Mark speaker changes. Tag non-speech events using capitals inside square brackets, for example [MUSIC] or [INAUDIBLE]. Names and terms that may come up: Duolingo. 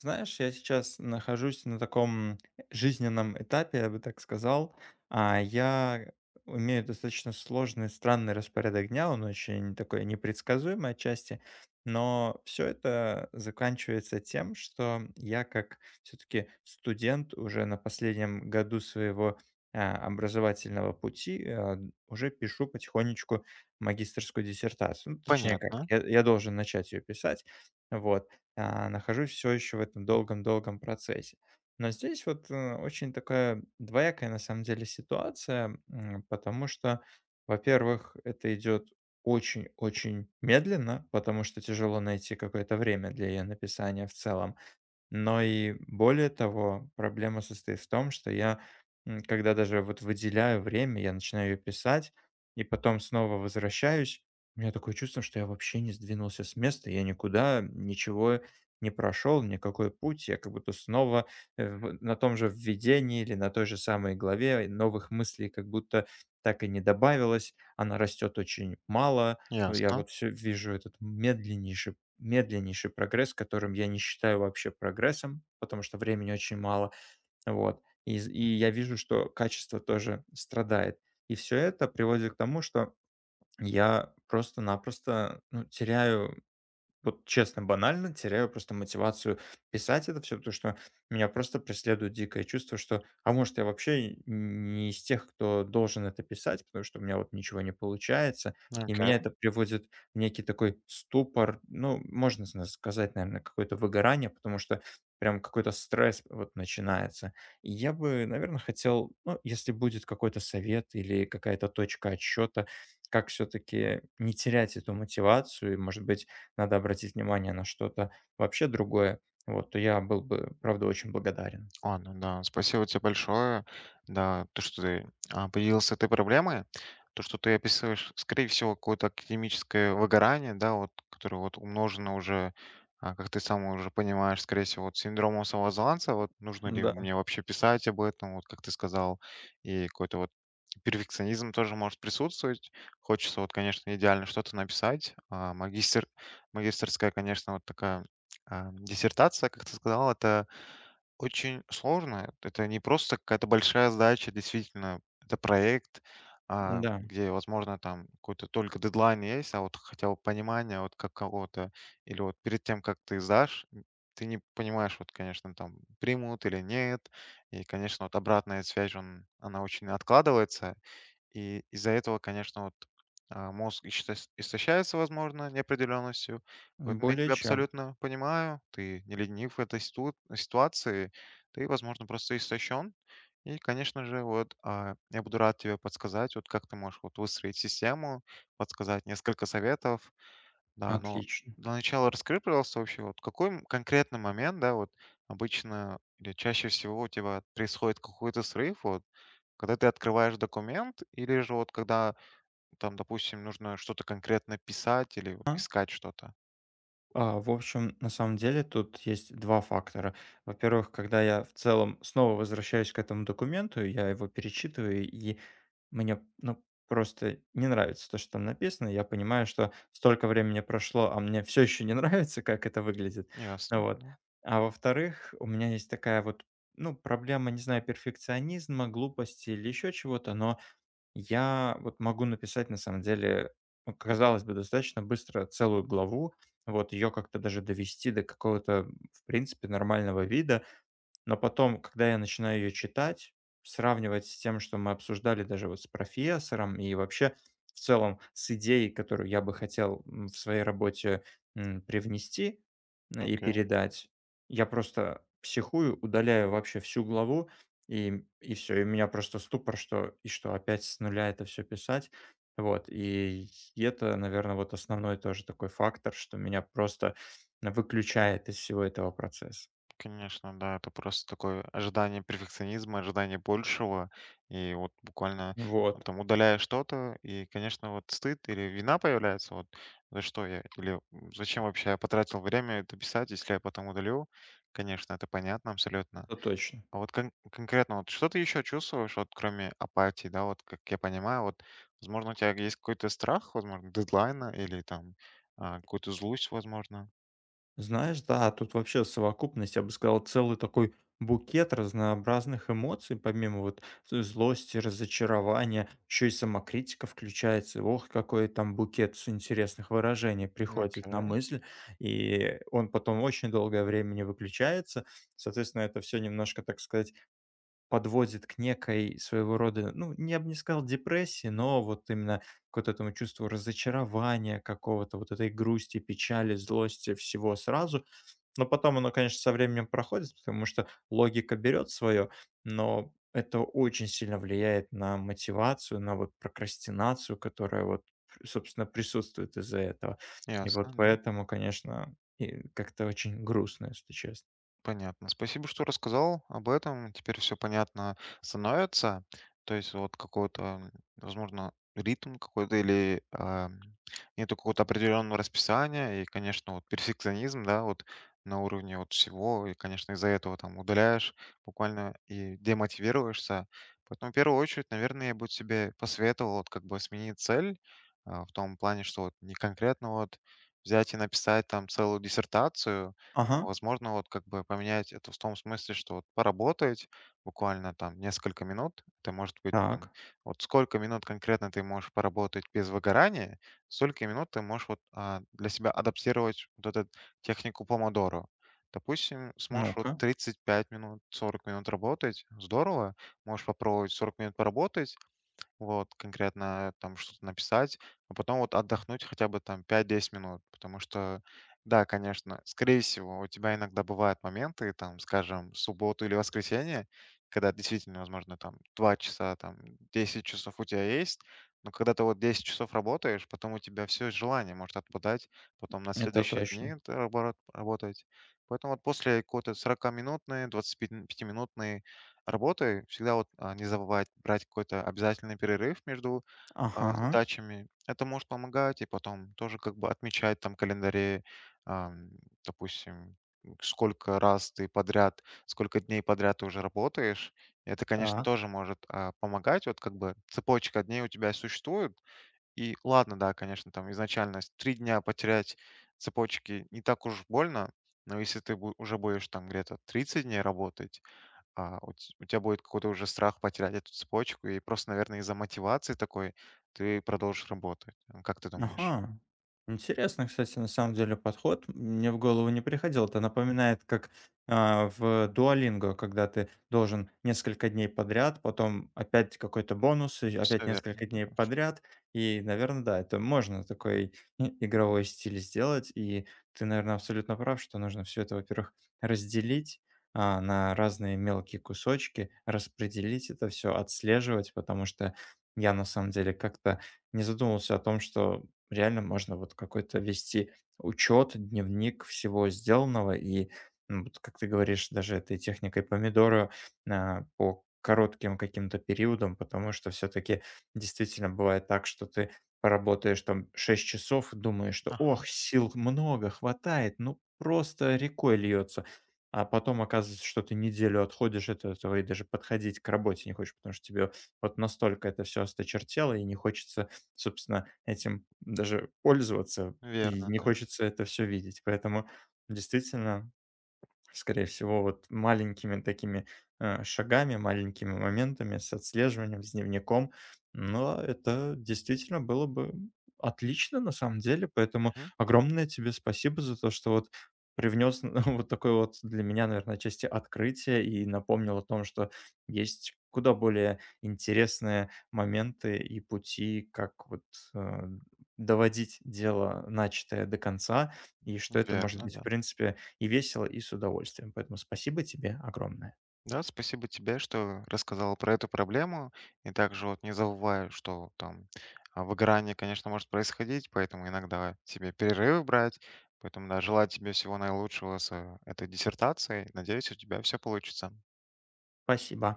Speaker 1: Знаешь, я сейчас нахожусь на таком жизненном этапе, я бы так сказал. Я имею достаточно сложный, странный распорядок дня, он очень такой непредсказуемый отчасти, но все это заканчивается тем, что я как все таки студент уже на последнем году своего, образовательного пути, уже пишу потихонечку магистерскую диссертацию. Ну, точнее как,
Speaker 2: Понятно,
Speaker 1: я должен начать ее писать. Вот. Нахожусь все еще в этом долгом-долгом процессе. Но здесь вот очень такая двоякая на самом деле ситуация, потому что, во-первых, это идет очень-очень медленно, потому что тяжело найти какое-то время для ее написания в целом. Но и более того, проблема состоит в том, что я, когда даже вот выделяю время, я начинаю ее писать и потом снова возвращаюсь, у меня такое чувство, что я вообще не сдвинулся с места, я никуда ничего не прошел никакой путь. Я как будто снова, в на том же введении или на той же самой главе, новых мыслей как будто так и не добавилось, она растет очень мало. Ну, я
Speaker 2: ясно,
Speaker 1: вот все вижу этот медленнейший медленнейший прогресс, которым я не считаю вообще прогрессом, потому что времени очень мало. Вот. И я вижу, что качество тоже страдает. И все это приводит к тому, что я просто-напросто, ну, теряю вот честно, банально теряю просто мотивацию писать это все, потому что меня просто преследует дикое чувство, что, а может, я вообще не из тех, кто должен это писать, потому что у меня вот ничего не получается, и
Speaker 2: окей.
Speaker 1: меня это приводит в некий такой ступор, ну, можно сказать, наверное, какое-то выгорание, потому что прям какой-то стресс вот начинается. И я бы, наверное, хотел, ну, если будет какой-то совет или какая-то точка отсчета, как все-таки не терять эту мотивацию и, может быть, надо обратить внимание на что-то вообще другое, вот, то я был бы, правда, очень благодарен.
Speaker 2: Ладно, да, спасибо тебе большое. Да, то, что ты поделился этой проблемой, то, что ты описываешь, скорее всего, какое-то академическое выгорание, да, вот, которое вот умножено уже, как ты сам уже понимаешь, скорее всего, вот синдромом самозванца, вот нужно ли
Speaker 1: Да,
Speaker 2: мне вообще писать об этом, вот как ты сказал, и какой-то вот перфекционизм тоже может присутствовать. Хочется вот, конечно, идеально что-то написать. А, магистр, магистерская, конечно, вот такая диссертация, как ты сказал, это очень сложно. Это не просто какая-то большая задача, действительно, это проект,
Speaker 1: да,
Speaker 2: где, возможно, там какой-то только дедлайн есть, а вот хотя бы понимание вот какого то или вот перед тем, как ты сдашь, ты не понимаешь, вот, конечно, там примут или нет. И, конечно, вот обратная связь, он, она очень откладывается. И из-за этого, конечно, вот, мозг исче истощается, возможно, неопределенностью. Поэтому я
Speaker 1: более
Speaker 2: тебя
Speaker 1: чем.
Speaker 2: абсолютно понимаю. Ты не ленив в этой сту ситуации. Ты, возможно, просто истощен. И, конечно же, вот, я буду рад тебе подсказать, вот как ты можешь вот выстроить систему, подсказать несколько советов, да, но
Speaker 1: Отлично.
Speaker 2: для начала раскрой, пожалуйста, вообще, вот какой м- конкретный момент, да, вот обычно или чаще всего у тебя происходит какой-то срыв, вот, когда ты открываешь документ, или же вот когда там, допустим, нужно что-то конкретно писать или вот
Speaker 1: А
Speaker 2: искать что-то.
Speaker 1: В общем, на самом деле тут есть 2 фактора. Во-первых, когда я в целом снова возвращаюсь к этому документу, я его перечитываю, и мне, ну, просто не нравится то, что там написано. Я понимаю, что столько времени прошло, а мне все еще не [LAUGHS] нравится, как это выглядит. Ну
Speaker 2: Ясно.
Speaker 1: вот.
Speaker 2: Да.
Speaker 1: А во-вторых, у меня есть такая вот, ну, проблема, не знаю, перфекционизма, глупости или еще чего-то, но я вот могу написать, на самом деле, ну, казалось бы, достаточно быстро целую главу, вот ее как-то даже довести до какого-то, в принципе, нормального вида. Но потом, когда я начинаю ее читать, сравнивать с тем, что мы обсуждали даже вот с профессором и вообще в целом с идеей, которую я бы хотел в своей работе привнести и
Speaker 2: Окей.
Speaker 1: передать, я просто психую, удаляю вообще всю главу, и все, и у меня просто ступор, что и что опять с нуля это все писать. Вот, и это, наверное, вот основной тоже такой фактор, что меня просто выключает из всего этого процесса.
Speaker 2: Конечно, да, это просто такое ожидание перфекционизма, ожидание большего, и вот буквально
Speaker 1: Вот.
Speaker 2: там удаляешь что-то, и, конечно, вот стыд или вина появляется, вот за что я, или зачем вообще я потратил время это писать, если я потом удалю, конечно, это понятно абсолютно.
Speaker 1: Это точно.
Speaker 2: А вот кон- конкретно, вот что ты еще чувствуешь, вот кроме апатии, да, вот как я понимаю, вот, возможно, у тебя есть какой-то страх, возможно, дедлайна или там какую-то злость, возможно.
Speaker 1: Знаешь, да, тут вообще совокупность, я бы сказал, целый такой букет разнообразных эмоций, помимо вот злости, разочарования, еще и самокритика включается. Ох, какой там букет с интересных выражений приходит на
Speaker 2: Окей,
Speaker 1: мысль, и он потом очень долгое время не выключается. Соответственно, это все немножко, так сказать, подводит к некой своего рода, ну, не я бы не сказал депрессии, но вот именно к вот этому чувству разочарования какого-то, вот этой грусти, печали, злости, всего сразу. Но потом оно, конечно, со временем проходит, потому что логика берет свое, но это очень сильно влияет на мотивацию, на вот прокрастинацию, которая вот, собственно, присутствует из-за этого. И
Speaker 2: ясно.
Speaker 1: вот
Speaker 2: Да.
Speaker 1: поэтому, конечно, и как-то очень грустно, если честно.
Speaker 2: Понятно. Спасибо, что рассказал об этом. Теперь все понятно становится. То есть вот какой-то, возможно, ритм какой-то или нету какого-то определенного расписания. И, конечно, вот перфекционизм, да, вот на уровне вот всего. И, конечно, из-за этого там удаляешь буквально и демотивируешься. Поэтому в первую очередь, наверное, я бы себе посоветовал вот как бы сменить цель, в том плане, что вот не конкретно вот взять и написать там целую диссертацию.
Speaker 1: Ага,
Speaker 2: Возможно, вот как бы поменять это в том смысле, что вот поработать буквально там несколько минут. Это может быть там,
Speaker 1: так,
Speaker 2: вот сколько минут конкретно ты можешь поработать без выгорания, столько минут ты можешь вот, для себя адаптировать вот эту технику помодоро. Допустим, сможешь вот
Speaker 1: ну-ка,
Speaker 2: 35 минут, 40 минут работать, здорово. Можешь попробовать 40 минут поработать, вот, конкретно там что-то написать, а потом вот отдохнуть хотя бы там 5–10 минут, потому что, да, конечно, скорее всего, у тебя иногда бывают моменты, там, скажем, субботу или воскресенье, когда действительно, возможно, там 2 часа, там 10 часов у тебя есть, но когда ты вот 10 часов работаешь, потом у тебя все желание может отпадать, потом на
Speaker 1: это
Speaker 2: следующие дни
Speaker 1: точно.
Speaker 2: ты рабо- работать. Поэтому вот после какой-то 40-минутной, 25-минутной работы всегда вот, не забывать брать какой-то обязательный перерыв между,
Speaker 1: Ага.
Speaker 2: задачами. Это может помогать, и потом тоже как бы отмечать там в календаре, ам, допустим, сколько раз ты подряд, сколько дней подряд ты уже работаешь. Это, конечно,
Speaker 1: Так.
Speaker 2: тоже может, помогать. Вот как бы цепочка дней у тебя существует. И ладно, да, конечно, там изначально с 3 дня потерять цепочки не так уж больно, но если ты бу уже будешь там где-то 30 дней работать, у тебя будет какой-то уже страх потерять эту цепочку, и просто, наверное, из-за мотивации такой ты продолжишь работать. М, как ты думаешь?
Speaker 1: Ага. Интересно, кстати, на самом деле подход. Мне в голову не приходил. Это напоминает, как в Duolingo, когда ты должен несколько дней подряд, потом опять какой-то бонус, и
Speaker 2: Все
Speaker 1: опять
Speaker 2: верно,
Speaker 1: несколько
Speaker 2: да.
Speaker 1: дней подряд. И, наверное, да, это можно такой игровой стиль сделать. И ты, наверное, абсолютно прав, что нужно все это, во-первых, разделить на разные мелкие кусочки, распределить это все, отслеживать, потому что я на самом деле как-то не задумывался о том, что реально можно вот какой-то вести учет, дневник всего сделанного. И, вот как ты говоришь, даже этой техникой помидора по коротким каким-то периодам, потому что все-таки действительно бывает так, что ты поработаешь там 6 часов и думаешь, что
Speaker 2: Ага,
Speaker 1: ох, сил много, хватает, ну просто рекой льется. А потом оказывается, что ты неделю отходишь от этого и даже подходить к работе не хочешь, потому что тебе вот настолько это все осточертело и не хочется собственно, этим даже пользоваться, и
Speaker 2: верно,
Speaker 1: не
Speaker 2: да.
Speaker 1: хочется это все видеть. Поэтому действительно скорее всего, вот маленькими такими, шагами, маленькими моментами, с отслеживанием, с дневником. Но это действительно было бы отлично на самом деле. Поэтому
Speaker 2: Мгм.
Speaker 1: огромное тебе спасибо за то, что вот привнес [LAUGHS] вот такое вот для меня, наверное, части открытие и напомнил о том, что есть куда более интересные моменты и пути, как вот, э, доводить дело начатое до конца, и что это может
Speaker 2: Верно,
Speaker 1: быть,
Speaker 2: да.
Speaker 1: в принципе и весело, и с удовольствием. Поэтому спасибо тебе огромное.
Speaker 2: Да, спасибо тебе, что рассказала про эту проблему. И также вот не забывай, что там, выгорание, конечно, может происходить, поэтому иногда тебе перерывы брать. Поэтому, да, желаю тебе всего наилучшего с, этой диссертацией. Надеюсь, у тебя все получится.
Speaker 1: Спасибо.